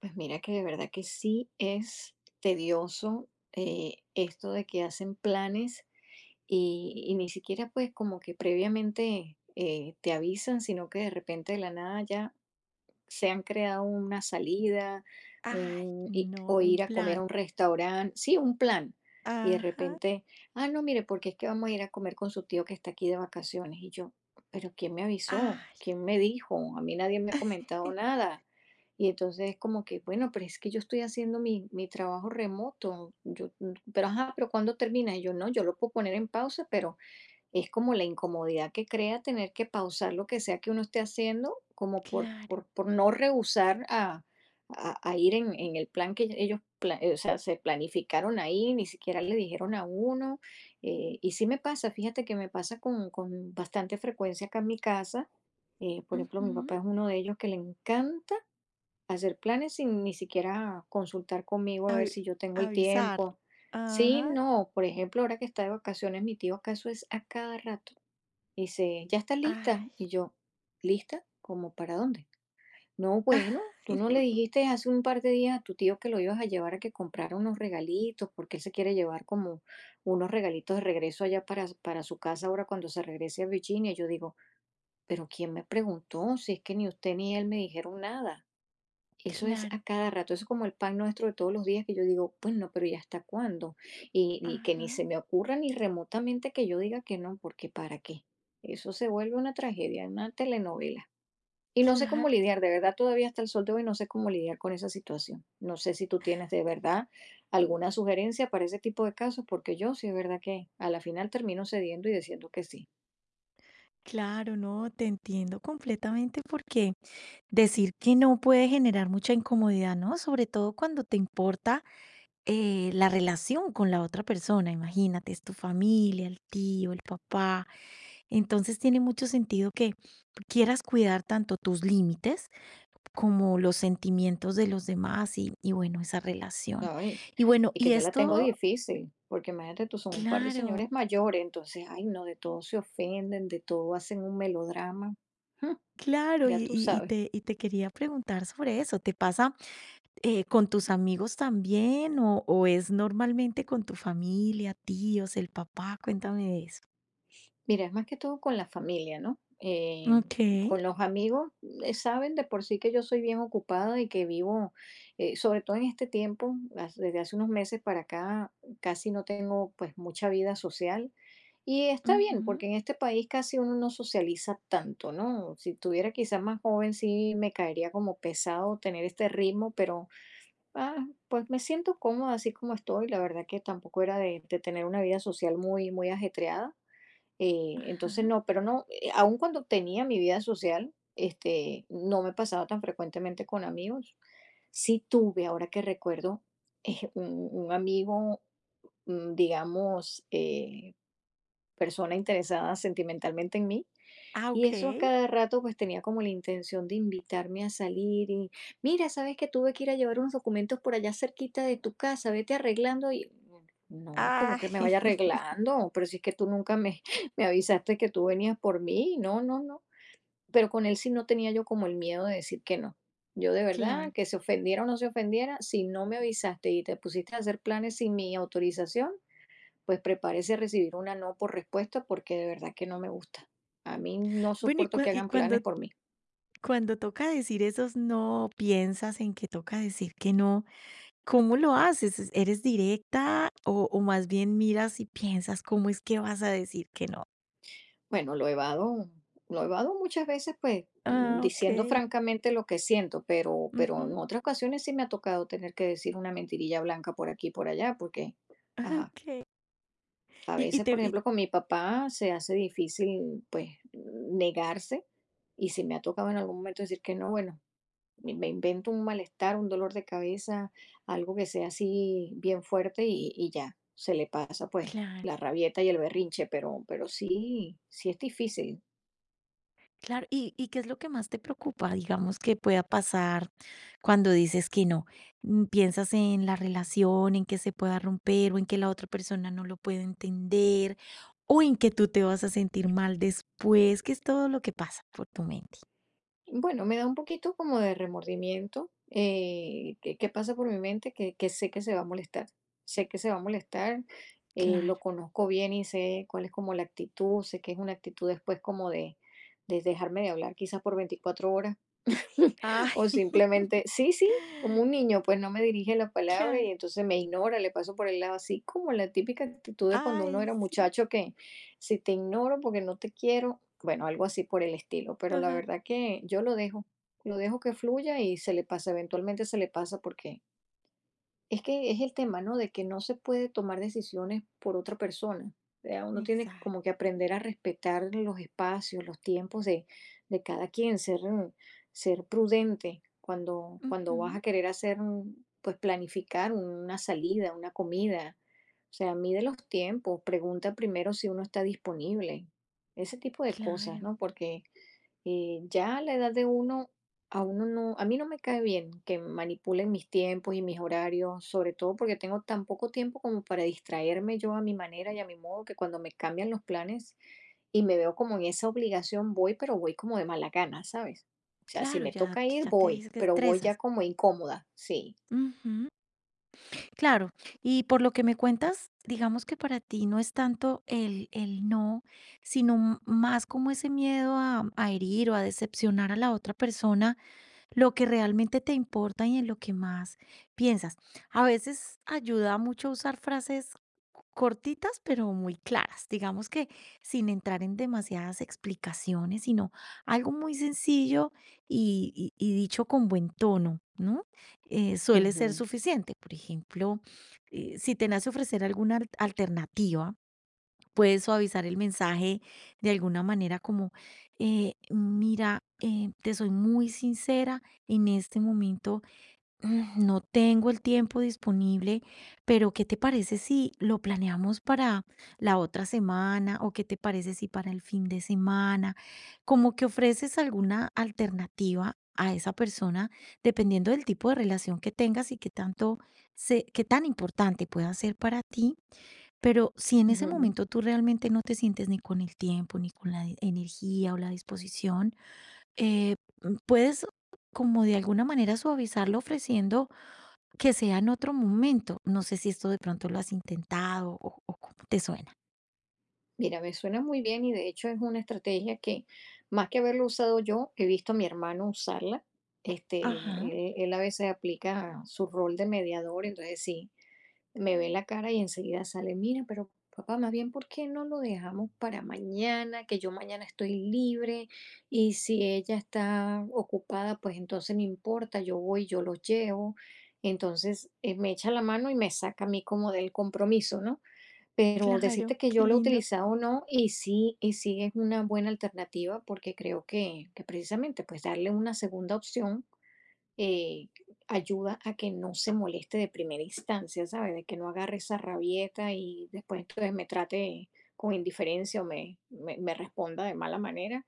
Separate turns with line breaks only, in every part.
Pues mira que de verdad que sí es tedioso, esto de que hacen planes y, ni siquiera pues como que previamente te avisan, sino que de repente de la nada ya se han creado una salida,
Ay, no,
o
un
ir a comer
plan.
a un restaurante, sí, un plan. Y de
Ajá.
repente, ah, no, mire, porque es que vamos a ir a comer con su tío que está aquí de vacaciones. Y yo, pero ¿quién me avisó?
Ay.
¿Quién me dijo? A mí nadie me ha comentado nada. Y entonces es como que, bueno, pero es que yo estoy haciendo mi trabajo remoto. Yo, pero ajá, pero ¿cuándo termina? Y yo, no, yo lo puedo poner en pausa, pero es como la incomodidad que crea tener que pausar lo que sea que uno esté haciendo, como por,
Claro.
por, por no rehusar a, a ir en el plan que ellos, o sea, se planificaron ahí, ni siquiera le dijeron a uno. Y sí me pasa, fíjate que me pasa con bastante frecuencia acá en mi casa. Por ejemplo, mi
Ujú.
papá es uno de ellos que le encanta hacer planes sin ni siquiera consultar conmigo a ver si
Avi-
yo tengo el
Avisar.
tiempo. Sí,
Ajá.
no, por ejemplo, ahora que está de vacaciones mi tío, acaso es a cada rato. Dice, ¿ya estás lista?
Ay.
Y yo, ¿lista? ¿Cómo para dónde? No, bueno, tú no le dijiste hace un par de días a tu tío que lo ibas a llevar a que comprara unos regalitos, porque él se quiere llevar como unos regalitos de regreso allá para su casa ahora cuando se regrese a Virginia. Yo digo, pero ¿quién me preguntó? Si es que ni usted ni él me dijeron nada. Eso es
Claro.
a cada rato, eso es como el pan nuestro de todos los días que yo digo, bueno, pero ¿y hasta cuándo? Y, que ni
Ajá.
se me ocurra ni remotamente que yo diga que no, porque ¿para qué? Eso se vuelve una tragedia, una telenovela. Y no sé cómo
Claro.
lidiar, de verdad todavía hasta el sol de hoy no sé cómo lidiar con esa situación. No sé si tú tienes de verdad alguna sugerencia para ese tipo de casos, porque yo sí es verdad que a la final termino cediendo y diciendo que sí.
Claro, no, te entiendo completamente porque decir que no puede generar mucha incomodidad, ¿no? Sobre todo cuando te importa la relación con la otra persona, imagínate, es tu familia, el tío, el papá. Entonces tiene mucho sentido que quieras cuidar tanto tus límites como los sentimientos de los demás, y bueno, esa relación.
Ay,
Y bueno,
y que
y
yo la tengo
esto,
difícil, porque imagínate tú, son un par de
claro,
señores mayores, entonces, ay, no, de todo se ofenden, de todo hacen un melodrama.
claro,
Ya
y,
tú
y- y
sabes.
te, y te quería preguntar sobre eso. ¿Te pasa con tus amigos también, o es normalmente con tu familia, tíos, el papá? Cuéntame de eso.
Mira, es más que todo con la familia, ¿no?
Ok.
Con los amigos, saben de por sí que yo soy bien ocupada y que vivo, sobre todo en este tiempo, desde hace unos meses para acá, casi no tengo pues mucha vida social. Y está bien, porque en este país casi uno no socializa tanto, ¿no? Si tuviera quizás más joven, sí me caería como pesado tener este ritmo, pero pues me siento cómoda así como estoy. La verdad que tampoco era de tener una vida social muy, muy ajetreada. Entonces
Ajá.
no, pero no, aun cuando tenía mi vida social, este, no me pasaba tan frecuentemente con amigos. Sí tuve, ahora que recuerdo, un amigo, digamos, persona interesada sentimentalmente en mí,
Ah,
y eso
okey.
cada rato pues tenía como la intención de invitarme a salir y mira, sabes que tuve que ir a llevar unos documentos por allá cerquita de tu casa, vete arreglando y no, como
Ah,
que me vaya arreglando, pero si es que tú nunca me, me avisaste que tú venías por mí, no, no, no. Pero con él sí no tenía yo como el miedo de decir que no. Yo de verdad,
claro.
que se ofendiera o no se ofendiera, si no me avisaste y te pusiste a hacer planes sin mi autorización, pues prepárese a recibir una no por respuesta porque de verdad que no me gusta. A mí no
Bueno,
soporto que
y
hagan planes
cuando
por mí.
cuando toca decir esos no, ¿piensas en que toca decir que no? ¿Cómo lo haces? ¿Eres directa o más bien miras y piensas cómo es que vas a decir que no?
Bueno, lo evado muchas veces, pues
Ah,
diciendo
okey.
francamente lo que siento, pero, en
Ujú.
otras ocasiones sí me ha tocado tener que decir una mentirilla blanca por aquí y por allá, porque, ajá,
Okey.
a
Y
veces,
te
por
y
ejemplo, con mi papá se hace difícil, pues, negarse. Y si me ha tocado en algún momento decir que no, bueno, me invento un malestar, un dolor de cabeza, algo que sea así bien fuerte y, ya, se le pasa pues
Claro.
la rabieta y el berrinche, pero sí, sí es difícil.
Claro, ¿y qué es lo que más te preocupa, digamos, que pueda pasar cuando dices que no? ¿Piensas en la relación, en que se pueda romper, o en que la otra persona no lo puede entender, o en que tú te vas a sentir mal después? ¿Qué es todo lo que pasa por tu mente?
Bueno, me da un poquito como de remordimiento, que pasa por mi mente, que sé que se va a molestar, sé que se va a molestar, lo
Claro.
conozco bien y sé cuál es como la actitud, sé que es una actitud después como de dejarme de hablar quizás por 24 horas,
Ay,
o simplemente, sí, sí, como un niño, pues no me dirige la palabra
claro.
y entonces me ignora, le paso por el lado, así como la típica actitud de cuando uno
Ay,
era
sí.
muchacho que si te ignoro porque no te quiero, bueno, algo así por el estilo, pero la
Ajá.
verdad que yo lo dejo que fluya y se le pasa, eventualmente se le pasa porque es que es el tema, ¿no? De que no se puede tomar decisiones por otra persona. O sea, uno tiene que como
Exacto.
que aprender a respetar los espacios, los tiempos de cada quien, ser, ser prudente cuando, cuando vas
Ujú.
a querer hacer, pues planificar una salida, una comida. O sea, mide los tiempos, pregunta primero si uno está disponible, ese tipo de cosas,
Claro,
¿no? Porque ya a la edad de uno, a uno no, a mí no me cae bien que manipulen mis tiempos y mis horarios, sobre todo porque tengo tan poco tiempo como para distraerme yo a mi manera y a mi modo, que cuando me cambian los planes y me veo como en esa obligación, voy, pero voy como de mala gana, ¿sabes? O sea, si
claro,
me
ya
toca ir,
ya te
voy,
dice que
pero voy
estresas.
ya como incómoda, sí.
Ujú. Claro, y por lo que me cuentas, digamos que para ti no es tanto el no, sino más como ese miedo a herir o a decepcionar a la otra persona, lo que realmente te importa y en lo que más piensas. A veces ayuda mucho usar frases cortitas, pero muy claras, digamos que sin entrar en demasiadas explicaciones, sino algo muy sencillo y dicho con buen tono, ¿no? Suele ser
Ujú,
suficiente. Por ejemplo, si te nace ofrecer alguna alternativa, puedes suavizar el mensaje de alguna manera como, mira, te soy muy sincera, en este momento, no tengo el tiempo disponible, pero ¿qué te parece si lo planeamos para la otra semana o qué te parece si para el fin de semana? Como que ofreces alguna alternativa a esa persona dependiendo del tipo de relación que tengas y qué tan importante pueda ser para ti. Pero si en ese
ujú.
momento tú realmente no te sientes ni con el tiempo, ni con la energía o la disposición, eh, puedes como de alguna manera suavizarlo ofreciendo que sea en otro momento. No sé si esto de pronto lo has intentado o cómo te suena.
Mira, me suena muy bien y de hecho es una estrategia que más que haberlo usado yo, he visto a mi hermano usarla.
Ajá,
Este, él a veces aplica su rol de mediador, entonces sí, me ve la cara y enseguida sale, mira, pero papá, más bien, ¿por qué no lo dejamos para mañana? Que yo mañana estoy libre y si ella está ocupada, pues entonces no importa, yo voy, yo lo llevo. Entonces me echa la mano y me saca a mí como del compromiso, ¿no? Pero
claro,
decirte que
qué
yo lo he
lindo.
utilizado o no, y sí, es una buena alternativa porque creo que precisamente pues darle una segunda opción eh, ayuda a que no se moleste de primera instancia, ¿sabes? De que no agarre esa rabieta y después entonces me trate con indiferencia o me responda de mala manera.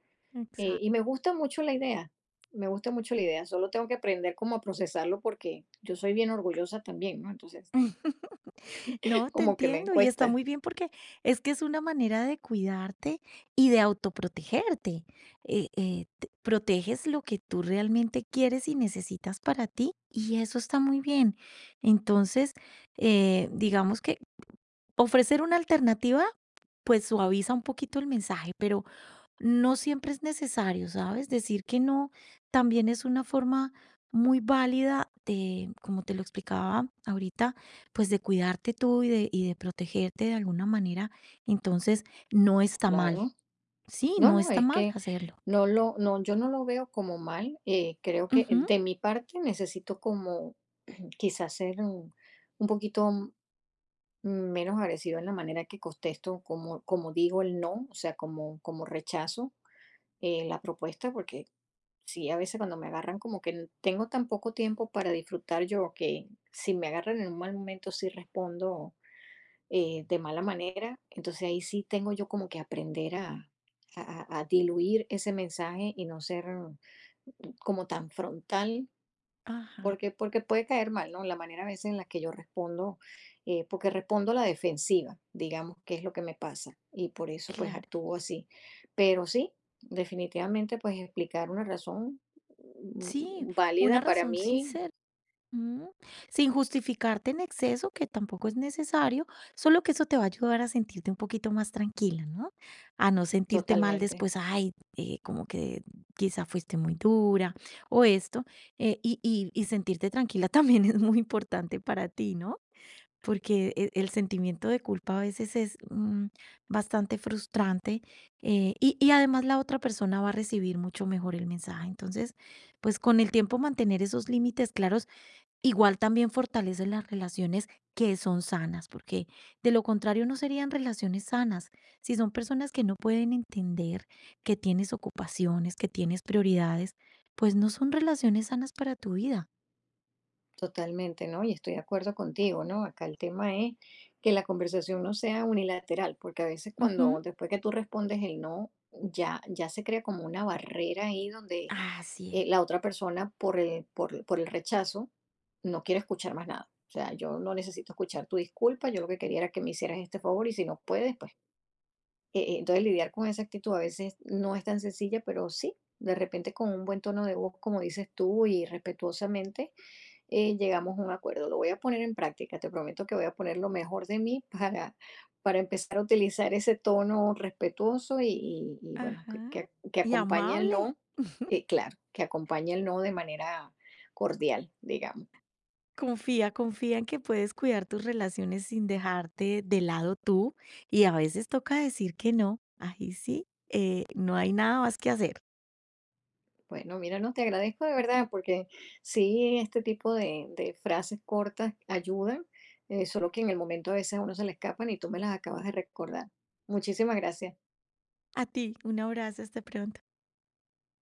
Eh,
Exacto.
y me gusta mucho la idea, me gusta mucho la idea, solo tengo que aprender cómo a procesarlo porque yo soy bien orgullosa también, ¿no? Entonces,
No, te
como que me
entiendo y está
cuesta,
muy bien porque es que es una manera de cuidarte y de autoprotegerte. Proteges lo que tú realmente quieres y necesitas para ti, y eso está muy bien. Entonces, digamos que ofrecer una alternativa, pues, suaviza un poquito el mensaje, pero no siempre es necesario, ¿sabes? Decir que no también es una forma muy válida de, como te lo explicaba ahorita, pues, de cuidarte tú y de protegerte de alguna manera. Entonces, no está mal.
claro.
Sí,
No,
no
no,
está
es
mal
que
hacerlo.
no lo, no, yo no lo veo como mal. Creo que
Ujú.
de mi parte necesito como quizás ser un poquito menos agresivo en la manera que contesto, como, como digo el no, o sea, como, como rechazo la propuesta, porque sí, a veces cuando me agarran como que tengo tan poco tiempo para disfrutar yo que si me agarran en un mal momento sí respondo de mala manera. Entonces ahí sí tengo yo como que aprender a, diluir ese mensaje y no ser como tan frontal,
Ajá,
porque, porque puede caer mal, ¿no? La manera a veces en la que yo respondo, porque respondo a la defensiva, digamos, que es lo que me pasa, y por eso pues
claro.
actúo así. Pero sí, definitivamente pues explicar una razón
Sí,
mm,
una
válida para
razón
mí
sincera. Mm, Sin justificarte en exceso, que tampoco es necesario, solo que eso te va a ayudar a sentirte un poquito más tranquila, ¿no? A no sentirte mal
totalmente.
después, ay, como que quizá fuiste muy dura o esto, y sentirte tranquila también es muy importante para ti, ¿no? Porque el sentimiento de culpa a veces es bastante frustrante, y además la otra persona va a recibir mucho mejor el mensaje. Entonces, pues con el tiempo mantener esos límites claros igual también fortalece las relaciones que son sanas, porque de lo contrario no serían relaciones sanas. Si son personas que no pueden entender que tienes ocupaciones, que tienes prioridades, pues no son relaciones sanas para tu vida.
Totalmente, ¿no? Y estoy de acuerdo contigo, ¿no? Acá el tema es que la conversación no sea unilateral, porque a veces
Ujú.
cuando después que tú respondes el no, ya se crea como una barrera ahí donde
Así es.
la otra persona por el rechazo no quiere escuchar más nada. O sea, yo no necesito escuchar tu disculpa, yo lo que quería era que me hicieras este favor y si no puedes, pues. Entonces lidiar con esa actitud a veces no es tan sencilla, pero sí, de repente con un buen tono de voz, como dices tú, y respetuosamente llegamos a un acuerdo. Lo voy a poner en práctica, te prometo que voy a poner lo mejor de mí para empezar a utilizar ese tono respetuoso y, y bueno, que,
Ajá.
que, que
Y
acompaña el
amable.
no, claro, que acompaña el no de manera cordial, digamos.
Confía, confía en que puedes cuidar tus relaciones sin dejarte de lado tú. Y a veces toca decir que no. Ahí sí, no hay nada más que hacer.
Bueno, mira, no te agradezco de verdad porque sí, este tipo de frases cortas ayudan, solo que en el momento a veces a uno se le escapan y tú me las acabas de recordar. Muchísimas gracias.
A ti, un abrazo, hasta pronto.